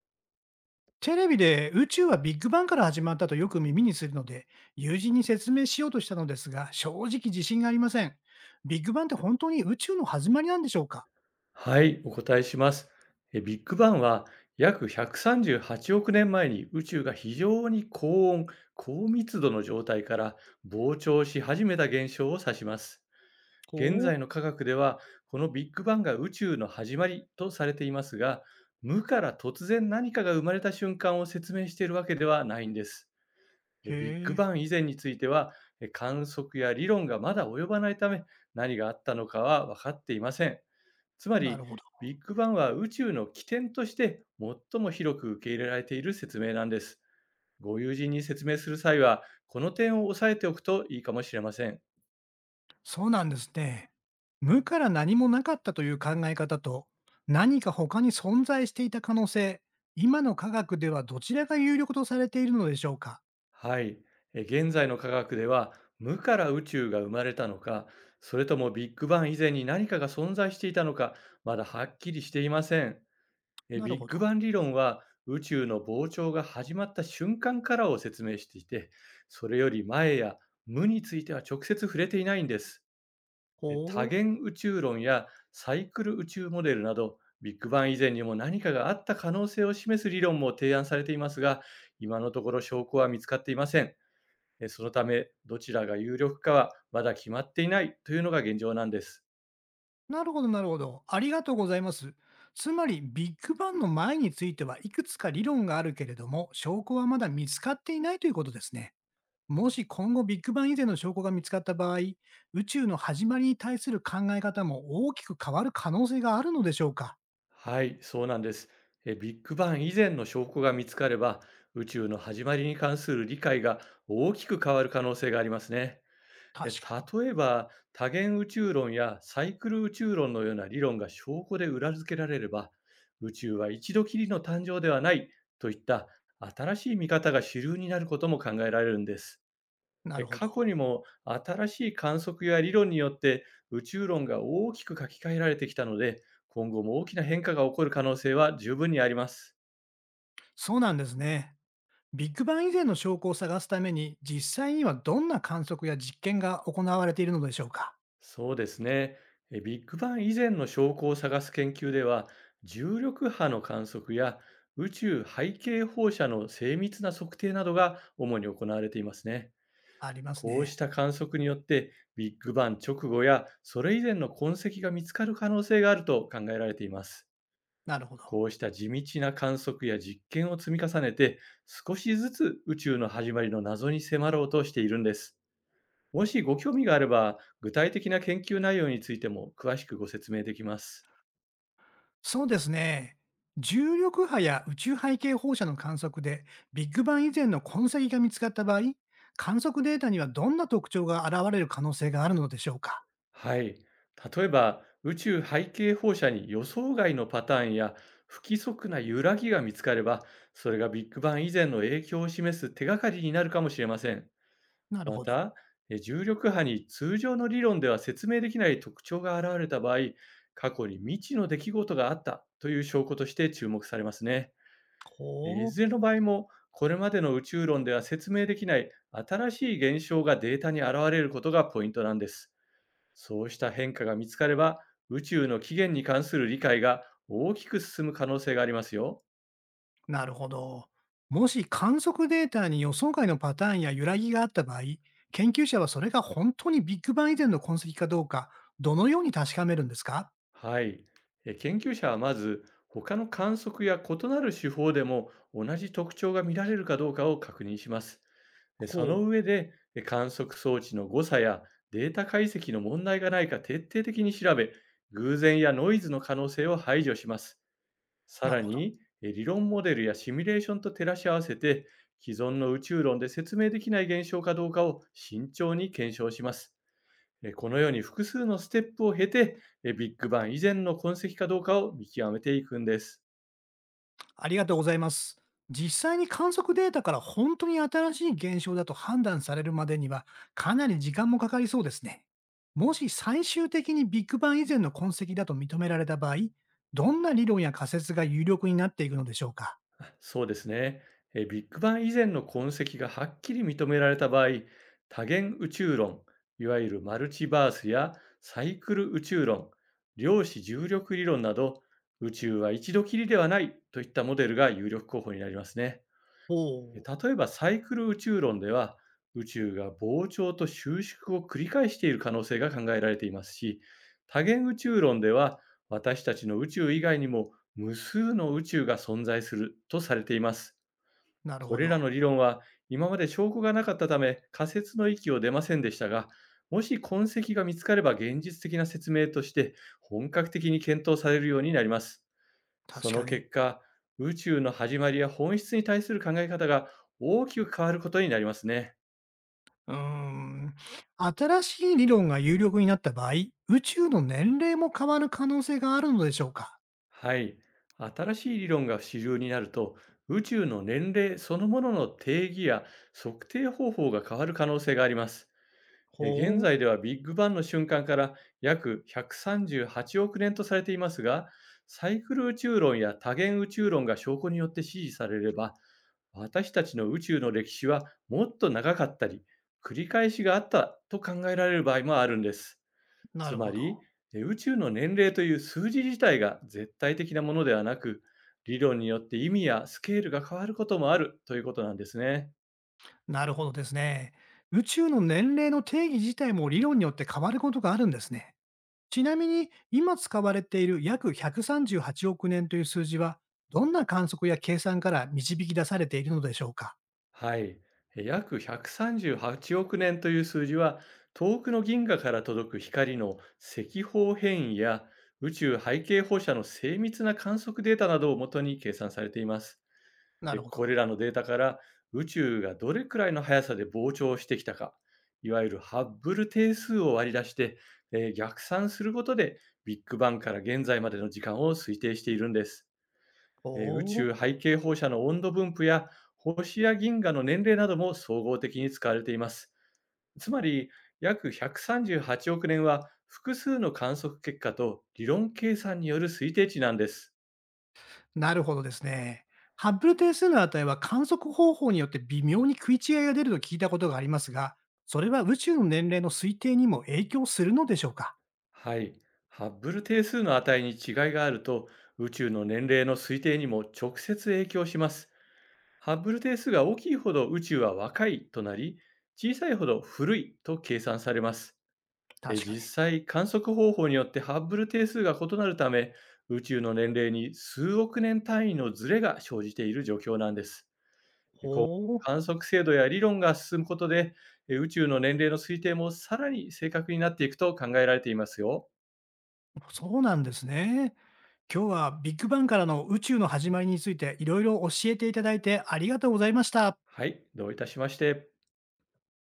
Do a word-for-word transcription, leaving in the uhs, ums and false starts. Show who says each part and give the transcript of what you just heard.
Speaker 1: テレビで宇宙はビッグバンから始まったとよく耳にするので、友人に説明しようとしたのですが、正直自信がありません。ビッグバンって本当に宇宙の始まりなんでしょうか？
Speaker 2: はい、お答えします。えビッグバンは約ひゃくさんじゅうはちおく年前に宇宙が非常に高温、高密度の状態から膨張し始めた現象を指します。現
Speaker 1: お。
Speaker 2: 在の科学では、このビッグバンが宇宙の始まりとされていますが、無から突然何かが生まれた瞬間を説明しているわけではないんです。
Speaker 1: へ
Speaker 2: えビッグ
Speaker 1: え、
Speaker 2: バン以前については、え観測や理論がまだ及ばないため、何があったのかは分かっていません。つま
Speaker 1: な
Speaker 2: り、
Speaker 1: るほど。
Speaker 2: ビッグバンは宇宙の起点として最も広く受け入れられている説明なんです。ご友人に説明する際は、この点を押さえておくといいかもしれません。
Speaker 1: そうなんですね。無から何もなかったという考え方と、何か他に存在していた可能性、今の科学ではどちらが有力とされているのでしょうか？
Speaker 2: はい。え現在の科学では、無から宇宙が生まれたのか、それともビッグバン以前に何かが存在していたのか、まだはっきりしていません。え
Speaker 1: なる
Speaker 2: ビッ
Speaker 1: ほ
Speaker 2: グ
Speaker 1: ど。
Speaker 2: バン理論は、宇宙の膨張が始まった瞬間からを説明していて、それより前や無については直接触れていないんです。え多
Speaker 1: ほう。
Speaker 2: 元宇宙論やサイクル宇宙モデルなど、ビッグバン以前にも何かがあった可能性を示す理論も提案されていますが、今のところ証拠は見つかっていません。えそのため、どちらが有力かはまだ決まっていないというのが現状なんです。
Speaker 1: なるほど、なるほど。ありがとうございます。つまり、ビッグバンの前についてはいくつか理論があるけれども、証拠はまだ見つかっていないということですね。もし今後ビッグバン以前の証拠が見つかった場合、宇宙の始まりに対する考え方も大きく変わる可能性があるのでしょうか？
Speaker 2: はい、そうなんです。えビッグバン以前の証拠が見つかれば、宇宙の始まりに関する理解が大きく変わる可能性がありますね。え
Speaker 1: 確かに。
Speaker 2: 例えば、多元宇宙論やサイクル宇宙論のような理論が証拠で裏付けられれば、宇宙は一度きりの誕生ではないといった新しい見方が主流になることも考えられるんです。
Speaker 1: な
Speaker 2: え
Speaker 1: るほ
Speaker 2: 過去
Speaker 1: ど。
Speaker 2: にも新しい観測や理論によって宇宙論が大きく書き換えられてきたので、今後も大きな変化が起こる可能性は十分にあります。
Speaker 1: そうなんですね。ビッグバン以前の証拠を探すために、実際にはどんな観測や実験が行われているのでしょうか？
Speaker 2: そうですね。えビッグバン以前の証拠を探す研究では、重力波の観測や宇宙背景放射の精密な測定などが主に行われていますね。
Speaker 1: あります
Speaker 2: こうし
Speaker 1: ね。
Speaker 2: た観測によって、ビッグバン直後やそれ以前の痕跡が見つかる可能性があると考えられています。
Speaker 1: なるほど。
Speaker 2: こうした地道な観測や実験を積み重ねて、少しずつ宇宙の始まりの謎に迫ろうとしているんです。もしご興味があれば、具体的な研究内容についても詳しくご説明できます。
Speaker 1: そうですね。重力波や宇宙背景放射の観測で、ビッグバン以前の痕跡が見つかった場合、観測データにはどんな特徴が現れる可能性があるのでしょうか。
Speaker 2: はい。例えば、宇宙背景放射に予想外のパターンや不規則な揺らぎが見つかれば、それがビッグバン以前の影響を示す手がかりになるかもしれません。
Speaker 1: なる
Speaker 2: ま
Speaker 1: ほど。
Speaker 2: た、え重力波に通常の理論では説明できない特徴が現れた場合、過去に未知の出来事があったという証拠として注目されますね。い
Speaker 1: ほう。
Speaker 2: ずれの場合も、これまでの宇宙論では説明できない新しい現象がデータに現れることがポイントなんです。そうした変化が見つかれば、宇宙の起源に関する理解が大きく進む可能性がありますよ。
Speaker 1: なるほど。もし観測データに予想外のパターンや揺らぎがあった場合、研究者はそれが本当にビッグバン以前の痕跡かどうか、どのように確かめるんですか？
Speaker 2: はい。えー研究者はまず、他の観測や異なる手法でも同じ特徴が見られるかどうかを確認します。で、そ
Speaker 1: ほ
Speaker 2: の
Speaker 1: う。
Speaker 2: 上で、えー観測装置の誤差やデータ解析の問題がないか徹底的に調べ、偶然やノイズの可能性を排除します。さ
Speaker 1: なる
Speaker 2: ら
Speaker 1: ほど。
Speaker 2: に、えー理論モデルやシミュレーションと照らし合わせて、既存の宇宙論で説明できない現象かどうかを慎重に検証します。えーこのように複数のステップを経て、えービッグバン以前の痕跡かどうかを見極めていくんです。
Speaker 1: ありがとうございます。実際に観測データから本当に新しい現象だと判断されるまでにはかなり時間もかかりそうですね。もし最終的にビッグバン以前の痕跡だと認められた場合、どんな理論や仮説が有力になっていくのでしょうか？
Speaker 2: そうですね。えービッグバン以前の痕跡がはっきり認められた場合、多元宇宙論、いわゆるマルチバースやサイクル宇宙論、量子重力理論など、宇宙は一度きりではないといったモデルが有力候補になりますね。
Speaker 1: お
Speaker 2: え
Speaker 1: お。
Speaker 2: 例えばサイクル宇宙論では宇宙が膨張と収縮を繰り返している可能性が考えられていますし、多元宇宙論では私たちの宇宙以外にも無数の宇宙が存在するとされています。
Speaker 1: なる
Speaker 2: こ
Speaker 1: ほ
Speaker 2: れら
Speaker 1: ど。
Speaker 2: の理論は今まで証拠がなかったため仮説の域を出ませんでしたが、もし痕跡が見つかれば現実的な説明として本格的に検討されるようになります。
Speaker 1: 確
Speaker 2: そ
Speaker 1: か
Speaker 2: の
Speaker 1: に。
Speaker 2: 結果、宇宙の始まりや本質に対する考え方が大きく変わることになりますね。
Speaker 1: うーん。新しい理論が有力になった場合、宇宙の年齢も変わる可能性があるのでしょうか？
Speaker 2: はい。新しい理論が主流になると、宇宙の年齢そのものの定義や測定方法が変わる可能性があります。え現
Speaker 1: ほう、
Speaker 2: 在ではビッグバンの瞬間から約ひゃくさんじゅうはちおく年とされていますが、サイクル宇宙論や多元宇宙論が証拠によって支持されれば、私たちの宇宙の歴史はもっと長かったり、繰り返しがあったと考えられる場合もあるんです。
Speaker 1: な
Speaker 2: つ
Speaker 1: る
Speaker 2: ま
Speaker 1: ほ
Speaker 2: り、
Speaker 1: ど。
Speaker 2: え宇宙の年齢という数字自体が絶対的なものではなく、理論によって意味やスケールが変わることもあるということなんですね。
Speaker 1: なるほどですね。宇宙の年齢の定義自体も理論によって変わることがあるんですね。ちなみに、今使われている約ひゃくさんじゅうはちおく年という数字は、どんな観測や計算から導き出されているのでしょうか？
Speaker 2: はい。え約ひゃくさんじゅうはちおく年という数字は、遠くの銀河から届く光の赤方変異や宇宙背景放射の精密な観測データなどをもとに計算されています。
Speaker 1: な
Speaker 2: え、
Speaker 1: るほど。
Speaker 2: これらのデータから宇宙がどれくらいの速さで膨張してきたか、いわゆるハッブル定数を割り出して、えー逆算することでビッグバンから現在までの時間を推定しているんです。えー宇
Speaker 1: お。
Speaker 2: 宙背景放射の温度分布や星や銀河の年齢なども総合的に使われています。つまり約ひゃくさんじゅうはちおく年は複数の観測結果と理論計算による推定値なんです。
Speaker 1: なるほどですね。ハッブル定数の値は観測方法によって微妙に食い違いが出ると聞いたことがありますが、それは宇宙の年齢の推定にも影響するのでしょうか？
Speaker 2: はい。ハッブル定数の値に違いがあると、宇宙の年齢の推定にも直接影響します。ハッブル定数が大きいほど宇宙は若いとなり、小さいほど古いと計算されます。え
Speaker 1: 確かに。
Speaker 2: 実際、観測方法によってハッブル定数が異なるため、宇宙の年齢に数億年単位のズレが生じている状況なんです。
Speaker 1: ほう、
Speaker 2: 観測精度や理論が進むことで、え宇宙の年齢の推定もさらに正確になっていくと考えられていますよ。
Speaker 1: そうなんですね。今日はビッグバンからの宇宙の始まりについていろいろ教えていただいてありがとうございました。
Speaker 2: はい、どういたしまして。